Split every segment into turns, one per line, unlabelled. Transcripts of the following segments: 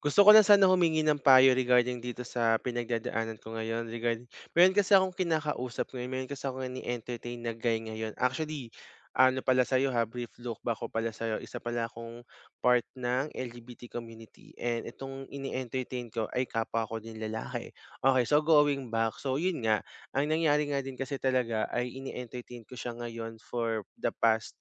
Gusto ko lang sana humingi ng payo regarding dito sa pinagdadaanan ko ngayon. Regarding, meron kasi akong kinakausap ngayon, meron kasi akong ni entertain na guy ngayon. Actually, ano pala sa'yo ha, brief look back ko pala sa'yo. Isa pala akong part ng LGBT community. And itong ini-entertain ko ay kapwa ko din lalaki. Okay, so going back. So yun nga, ang nangyari nga din kasi talaga ay ini-entertain ko siya ngayon for the past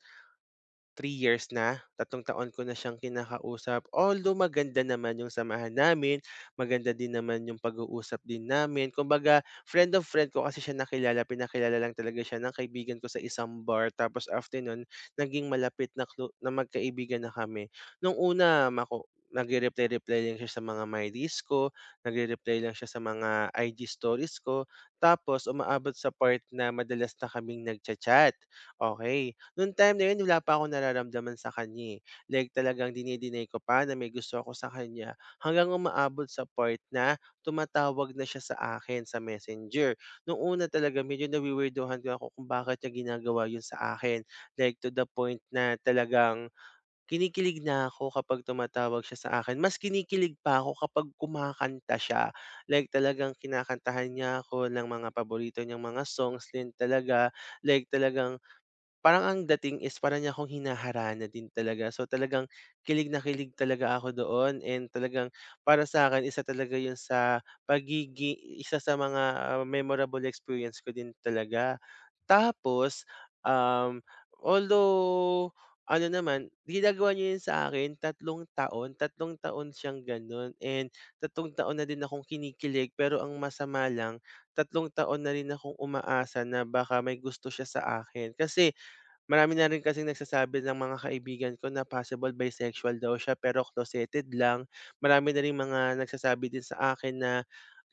3 years na, 3 taon ko na siyang kinakausap. Although maganda naman yung samahan namin, maganda din naman yung pag-uusap din namin. Kumbaga, friend of friend ko kasi siya nakilala, pinakilala lang talaga siya ng kaibigan ko sa isang bar. Tapos after nun, naging malapit na, na magkaibigan na kami. Nung una, nagre-reply-reply lang siya sa mga my reels ko, nagre-reply lang siya sa mga IG stories ko, tapos umaabot sa part na madalas na kaming nagchat-chat. Okay. Nung time na yun wala pa akong nararamdaman sa kanya, eh. Like talagang dini-deny ko pa na may gusto ako sa kanya hanggang umaabot sa part na tumatawag na siya sa akin sa Messenger. Nung una talaga medyo nawi-weirduhan din ako kung bakit niya ginagawa yun sa akin. Like to the point na talagang kinikilig na ako kapag tumatawag siya sa akin. Mas kinikilig pa ako kapag kumakanta siya. Like talagang kinakantahan niya ako ng mga paborito niyang mga songs din talaga. Like talagang Parang ang dating is para niya akong hinaharana din talaga. So, talagang kilig na kilig talaga ako doon and talagang para sa'kin isa talaga 'yun sa isa sa mga, memorable experience ko din talaga. Tapos, um, although ano naman, ginagawa niya 'yun sa akin 3 taon, tatlong taon siyang gano'n and 3 taon na din akong kinikilig, pero ang masama lang, 3 taon na rin akong umaasa na baka may gusto siya sa akin. Kasi marami na rin kasing nagsasabi ng mga kaibigan ko na possible bisexual daw siya pero closeted lang. Marami na ring mga nagsasabi din sa akin na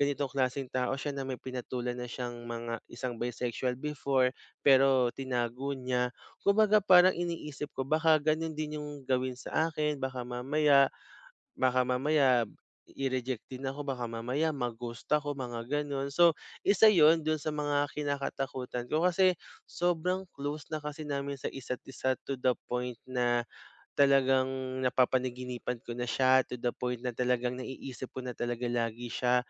ganitong klaseng tao siya na may pinatulan na siyang mga isang bisexual before pero tinago niya. Kumbaga parang iniisip ko baka ganun din yung gawin sa akin, baka mamaya i-reject din ako, baka mamaya ma-ghost ako, mga gano'n. So, isa yon dun sa mga kinakatakutan ko kasi sobrang close na kasi namin sa isa't isa to the point na talagang napapanaginipan ko na siya, to the point na talagang naiisip ko na talaga lagi siya.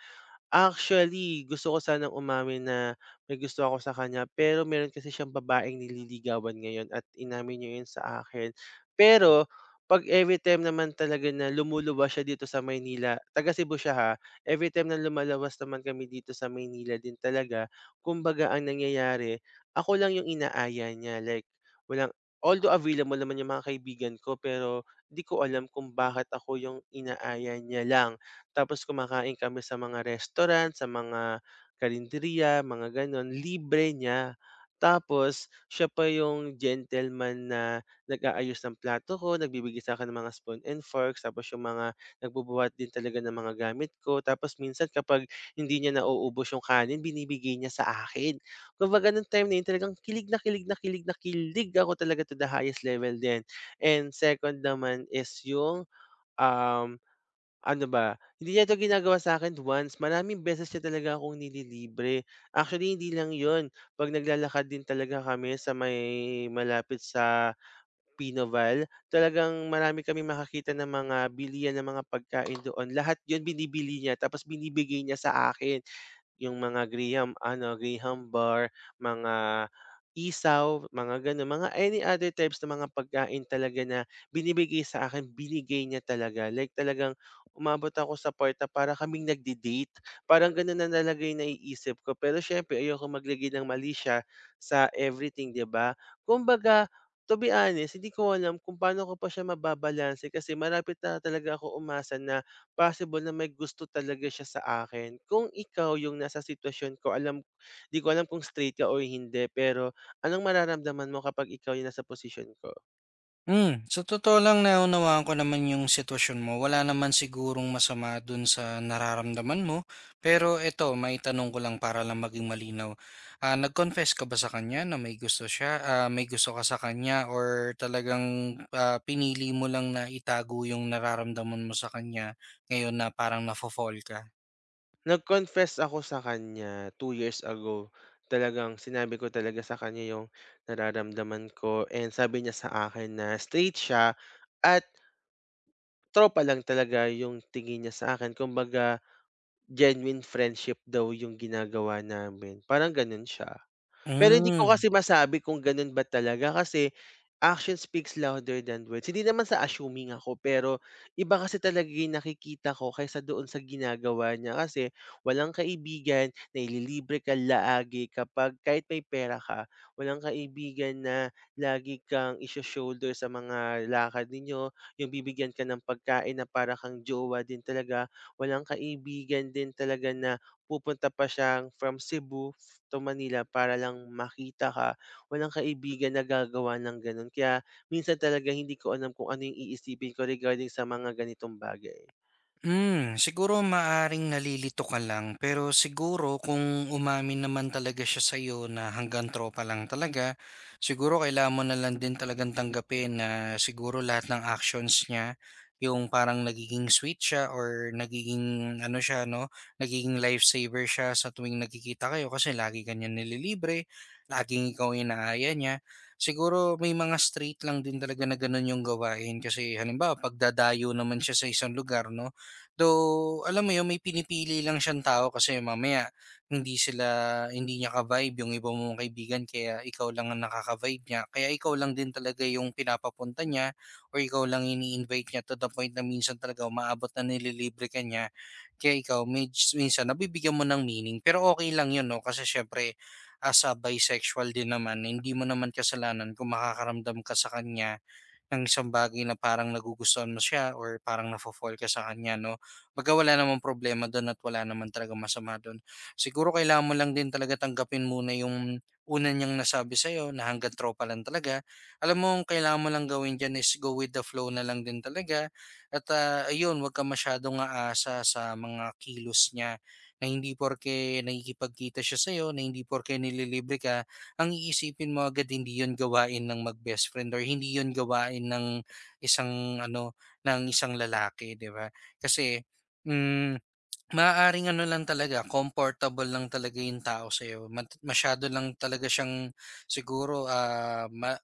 Actually, gusto ko sanang umamin na may gusto ako sa kanya, pero meron kasi siyang babaeng nililigawan ngayon at inamin niya 'yun sa akin. Pero 'pag everytime naman talaga na lumuluwas siya dito sa Maynila, taga Cebu siya ha, everytime na lumalawas naman kami dito sa Maynila din talaga, kumbaga ang nangyayari, ako lang 'yung inaaya niya, like walang although available naman 'yung mga kaibigan ko, pero 'di ko alam kung bakit ako 'yung inaaya niya lang. Tapos kumakain kami sa mga restaurant, sa mga karinderya, mga gano'n, libre niya. Tapos siya pa yung gentleman na nag-aayos ng plato ko, nagbibigay sa'kin ng mga spoon and forks, tapos yung mga nagbubuhat din talaga ng mga gamit ko. Tapos minsan kapag hindi niya nauubos yung kanin, binibigay niya sa akin. Kumbaga nung time na yun talagang kilig na kilig na kilig na kilig ako talaga to the highest level din. And second naman is yung, um ano ba, hindi niya 'to ginagawa sa'kin once, maraming beses niya talaga akong nililibre. Actually, hindi lang yon, 'pag naglalakad din talaga kami sa may malapit sa Pinoval, talagang marami kami makakita ng mga bilihan ng mga pagkain doon. Lahat yon binibili niya tapos binibigay niya sa akin. Yung mga graham ano, graham bar, mga isaw, mga gano'n, mga any other types ng mga pagkain talaga na binibigay sa akin, binigay niya talaga. Like talagang umabot ako sa part na para kaming nagde-date, parang gano'n na talaga yung naiisip ko. Pero siyempre ayokong maglagay ng mali siya sa everything, 'di ba? Kumbaga, to be honest, hindi ko alam kung paano ko pa siya mababalanse kasi malapit na talaga ako umasa na possible na may gusto talaga siya sa akin. Kung ikaw yung nasa sitwasyon ko, 'di ko alam kung straight ka o hindi, pero anong mararamdaman mo kapag ikaw yung nasa posisyon ko?
Sa totoo lang naunawaan ko naman yung sitwasyon mo. Wala naman sigurong masama dun sa nararamdaman mo. Pero eto, may tanong ko lang para lang maging malinaw. Ah, nag-confess ka ba sa kanya na may gusto siya, may gusto ka sa kanya or talagang pinili mo lang na itago yung nararamdaman mo sa kanya ngayon na parang nafo-fall ka?
Nag-confess ako sa kanya 2 years ago. Talagang sinabi ko talaga sa kanya yung nararamdaman ko and sabi niya sa akin na straight siya at tropa lang talaga yung tingin niya sa akin. Kumbaga, genuine friendship daw yung ginagawa namin, parang gano'n siya. Pero hindi ko
Hmm.
kasi masabi kung ganun ba talaga kasi action speaks louder than words. Hindi naman sa assuming ako, pero iba kasi talaga yung nakikita ko kaysa doon sa ginagawa niya kasi walang kaibigan na ililibre ka laagi kapag kahit may pera ka, walang kaibigan na lagi kang isyo-shoulder sa mga lakad ninyo, yung bibigyan ka ng pagkain na para kang jowa din talaga, walang kaibigan din talaga na pupunta pa siyang from Cebu to Manila para lang makita ka, walang kaibigan na gagawa ng gano'n. Kaya minsan talaga hindi ko alam kung ano yung iisipin ko regarding sa mga ganitong bagay.
Siguro maaring nalilito ka lang pero siguro kung umamin naman talaga siya sa'yo na hanggang tropa lang talaga, siguro kailangan mo na lang din talagang tanggapin na siguro lahat ng actions niya, yung parang nagiging sweet siya or nagiging ano siya 'no, nagiging lifesaver siya sa tuwing nagkikita kayo kasi lagi ka niya nililibre, laging ikaw yung inaaya niya. Siguro may mga street lang din talaga na gano'n yung gawain kasi halimbawa pagdadayo naman siya sa isang lugar 'no. Though, alam mo yun, may pinipili lang siyang tao kasi mamaya hindi sila hindi niya ka-vibe yung iba mong kaibigan kaya ikaw lang ang nakaka-vibe niya. Kaya ikaw lang din talaga yung pinapapunta niya or ikaw lang ini-invite niya to the point na minsan talaga umaabot na nililibre ka niya. Kaya ikaw, minsan nabibigyan mo ng meaning. Pero okay lang yun, no? Kasi syempre, as a bisexual din naman, hindi mo naman kasalanan kung makakaramdam ka sa kanya ng isang bagay na parang nagugustuhan mo siya or parang nafo-fall ka sa kanya 'no. 'Baga wala namang problema dun at wala naman talagang masama dun. Siguro kailangan mo lang din talaga tanggapin muna yung una niyang nasabi sa'yo na hangga't tropa lang talaga. Alam mo ang kailangan mo lang gawin diyan is go with the flow na lang din talaga at, ayun huwag kang masyadong aasa sa mga kilos niya na hindi porke nakikipagkita siya sa'yo, na hindi porke nililibre ka ang iisipin mo agad hindi yon gawain ng mag-best friend or hindi yon gawain ng isang ano, ng isang lalaki, 'di ba? Kasi, hmm, maaaring ano lang talaga, comfortable lang talaga yung tao sa'yo. Masyado lang talaga siyang siguro,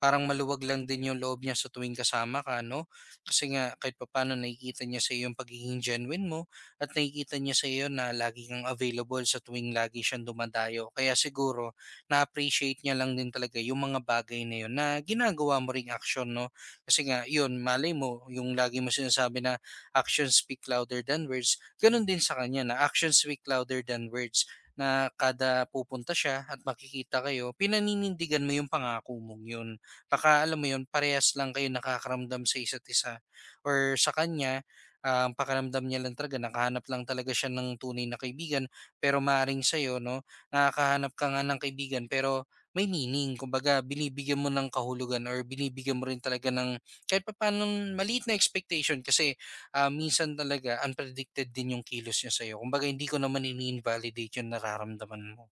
parang maluwag lang din yung loob niya sa tuwing kasama ka 'no? Kasi nga kahit papaano nakikita niya sa'yo yung pagiging genuine mo at nakikita niya sa'yo na lagi kang available sa tuwing lagi siyang dumadayo. Kaya siguro na-appreciate niya lang din talaga yung mga bagay na yun na ginagawa mo ring action 'no? Kasi nga yun, malay mo yung lagi mo sinasabi na actions speak louder than words, ganun din sa kanya na actions speak louder than words na kada pupunta siya at makikita kayo, pinaninindigan mo yung pangako mong yun. Baka alam mo 'yun, parehas lang kayo nakakaramdam sa isa't isa or sa kanya, ang pakiramdam niya lang talaga nakahanap lang talaga siya ng tunay na kaibigan. Pero maaaring sa'yo 'no, nakakahanap ka nga ng kaibigan pero may meaning. Kumbaga binibigyan mo ng kahulugan or binibigyan mo rin talaga ng kahit papaanong maliit na expectation kasi, minsan talaga unpredicted din 'yung kilos niya sa'yo. Kumbaga hindi ko naman ini-invalidate 'yung nararamdaman mo.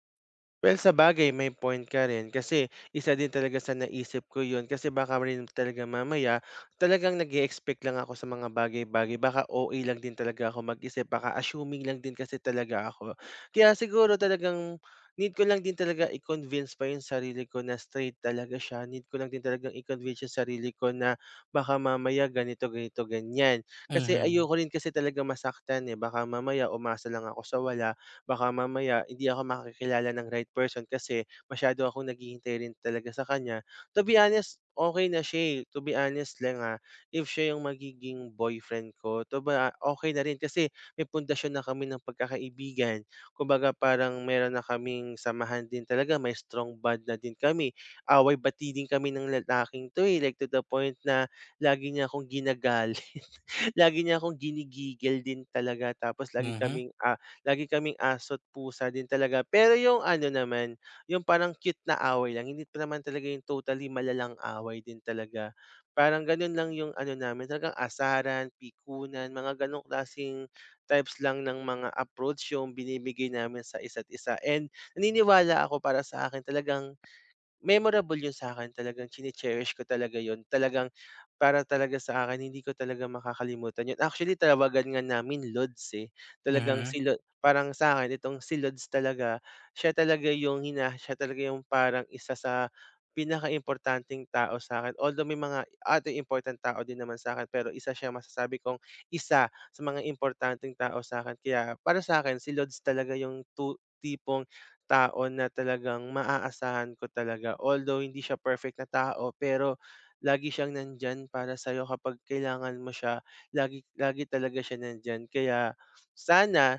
Well, sa bagay may point ka rin kasi isa din talaga sa naisip ko yun kasi baka rin talaga mamaya talagang nag expect lang ako sa mga bagay-bagay. Baka OA lang din talaga ako mag-isip. Baka assuming lang din kasi talaga ako. Kaya siguro talagang need ko lang din talaga i-convince pa yung sarili ko na straight talaga siya. Need ko lang din talagang i-convince yung sarili ko na baka mamaya ganito, ganito, ganyan. Kasi
Mhm,
ayoko rin kasi talaga masaktan, eh. Baka mamaya umasa lang ako sa wala, baka mamaya hindi ako makakilala ng right person kasi masyado akong naghihintay rin talaga sa kanya. To be honest, okay na siya, eh. To be honest lang, ah, if siya yung magiging boyfriend ko, 'to ba, ah, okay na rin kasi may pundasyon na kami ng pagkakaibigan. Kumbaga parang meron na kaming samahan din talaga, may strong bond na din kami. Away-bati din kami ng lalaking 'to, eh, like to the point na lagi niya akong ginagalit. Lagi niya akong ginigigil din talaga tapos lagi
mhm,
kaming, ah, lagi kaming aso't pusa din talaga. Pero yung ano naman, yung parang cute na away lang, hindi pa naman talaga yung totally malalang away din talaga. Parang gano'n lang yung ano namin, talagang asaran, pikunan, mga gano'ng klaseng types lang ng mga approach yung binibigay namin sa isa't isa and naniniwala ako para sa akin talagang memorable yun sa akin, talagang chine-cherish ko talaga yun. Talagang para talaga sa akin hindi ko talaga makakalimutan yun. Actually tinawagan nga namin Lods, eh. Talagang
mhm.
si Lo parang sa akin, itong si Lods talaga, siya talaga yung parang isa sa pinakaimportanteng tao sa'kin. Although may mga other important tao din naman sa akin, pero isa siya masasabi kong isa sa mga importanteng tao sa akin. Kaya para sa'kin si Lods talaga yung tipong tao na talagang maaasahan ko talaga. Although hindi siya perfect na tao, pero lagi siyang nandiyan para sa'yo kapag kailangan mo siya. Lagi lagi talaga siya nandiyan. Kaya sana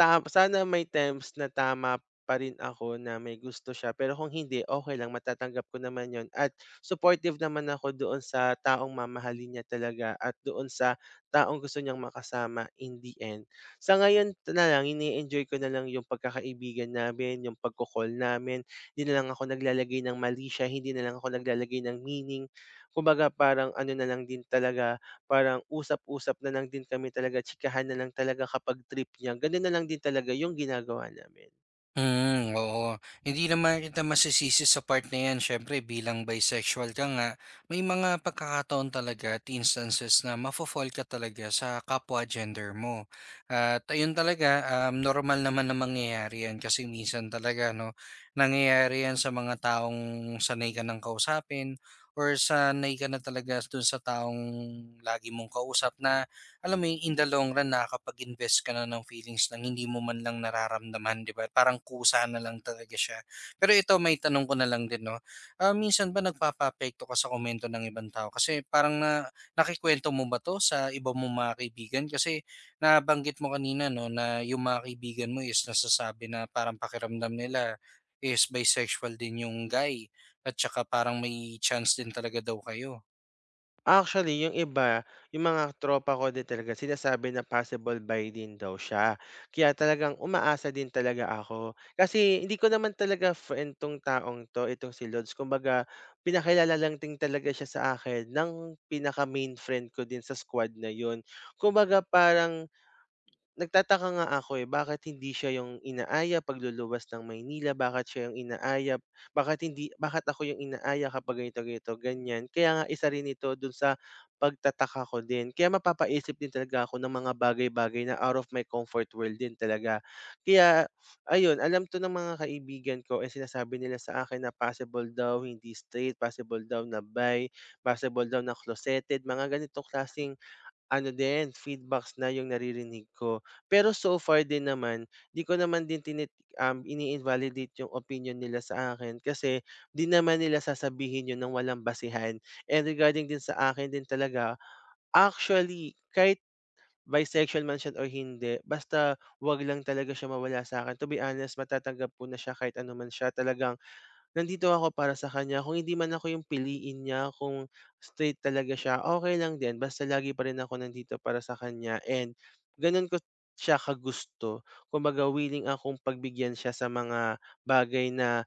Sana may times na tama pa rin ako na may gusto siya, pero kung hindi, okay lang, matatanggap ko naman yon at supportive naman ako doon sa taong mamahalin niya talaga at doon sa taong gusto niyang makasama in the end. Sa ngayon na lang ini-enjoy ko na lang 'yung pagkakaibigan namin, 'yung pagko-call namin, hindi na lang ako naglalagay ng mali siya, hindi na lang ako naglalagay ng meaning. Kumbaga parang ano na lang din talaga Parang usap-usap na lang din kami talaga, chikahan na lang talaga kapag trip niya, gano'n na lang din talaga 'yung ginagawa namin.
Hmm, oo. Hindi naman kita masisisi sa part na yan. Siyempre, bilang bisexual ka nga, may mga pagkakataon talaga at instances na mafo-fall ka talaga sa kapwa gender mo. At ayun talaga, normal naman na mangyayari yan kasi minsan talaga, no, nangyayari yan sa mga taong sanay ka ng kausapin or sanay ka na talaga dun sa taong lagi mong kausap na alam mo yun, in the long run nakakapag-invest ka na ng feelings ng hindi mo man lang nararamdaman, 'di ba? Parang kusa na lang talaga siya. Pero ito, may tanong ko na lang din, no? Ah, minsan ba nagpapapekto ka sa komento ng ibang tao? Kasi parang nakikwento mo ba to sa iba mo mga kaibigan? Kasi nabanggit mo kanina, no, na yung mga kaibigan mo is nasasabi na parang pakiramdam nila is bisexual din yung guy at saka parang may chance din talaga daw kayo.
Actually, 'yung iba, 'yung mga tropa ko din talaga sinasabi na possible buy din daw siya, kaya talagang umaasa din talaga ako. Kasi hindi ko naman talaga friend 'tong taong 'to, itong si Lods, kumbaga pinakilala lang din talaga siya sa akin ng pinaka-main friend ko din sa squad na 'yun. Kumbaga parang nagtataka nga ako, eh, bakit hindi siya yung inaaya pagluluwas ng Maynila, bakit siya yung inaaya, bakit ako yung inaaya kapag ganito, ganito, ganyan. Kaya nga isa rin ito dun sa pagtataka ko din. Kaya mapapaisip din talaga ako ng mga bagay-bagay na out of my comfort world din talaga. Kaya ayun, alam 'to ng mga kaibigan ko, eh, sinasabi nila sa akin na possible daw hindi straight, possible daw na bi, possible daw na closeted, mga ganito klaseng ano din, feedbacks na yung naririnig ko. Pero so far din naman, 'di ko naman din ini-invalidate yung opinion nila sa akin kasi 'di naman nila sasabihin yun ng walang basehan. And regarding din sa akin din talaga, actually, kahit bisexual man siya or hindi, basta 'wag lang talaga siya mawala sa akin. To be honest, matatanggap ko na siya kahit ano man siya. Talagang nandito ako para sa kanya kung hindi man ako yung piliin niya, kung straight talaga siya, okay lang din basta lagi pa rin ako nandito para sa kanya and gano'n ko siya kagusto. Kumbaga willing akong pagbigyan siya sa mga bagay na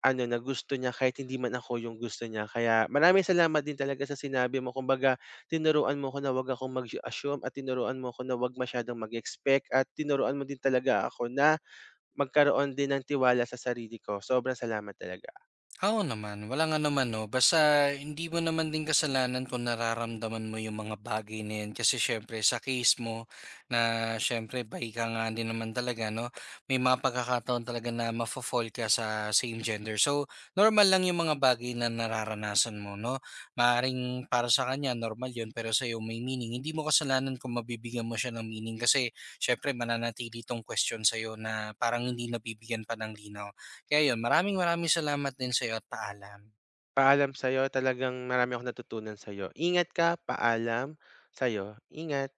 ano, na gusto niya kahit hindi man ako yung gusto niya. Kaya maraming salamat din talaga sa sinabi mo. Kumbaga tinuruan mo ko na 'wag akong mag-assume at tinuruan mo ko na 'wag masyadong mag-expect at tinuruan mo din talaga ako na magkaroon din ng tiwala sa sarili ko. Sobrang salamat talaga.
Oo naman, wala nga naman 'no, basta hindi mo naman din kasalanan kung nararamdaman mo yung mga bagay na yan kasi siyempre sa case mo na siyempre bi ka nga din naman talaga 'no, may mga pagkakataon talaga na mafo-fall ka sa same gender. So, normal lang yung mga bagay na nararanasan mo 'no, maaaring para sa kanya normal yun pero sa'yo may meaning. Hindi mo kasalanan kung mabibigyan mo siya ng meaning kasi siyempre mananatili 'tong question sa'yo na parang hindi nabibigyan pa ng linaw. Kaya yun, maraming maraming salamat din sa'yo at paalam.
Paalam sa'yo, talagang marami akong natutunan sa'yo. Ingat ka, paalam, sa'yo, ingat.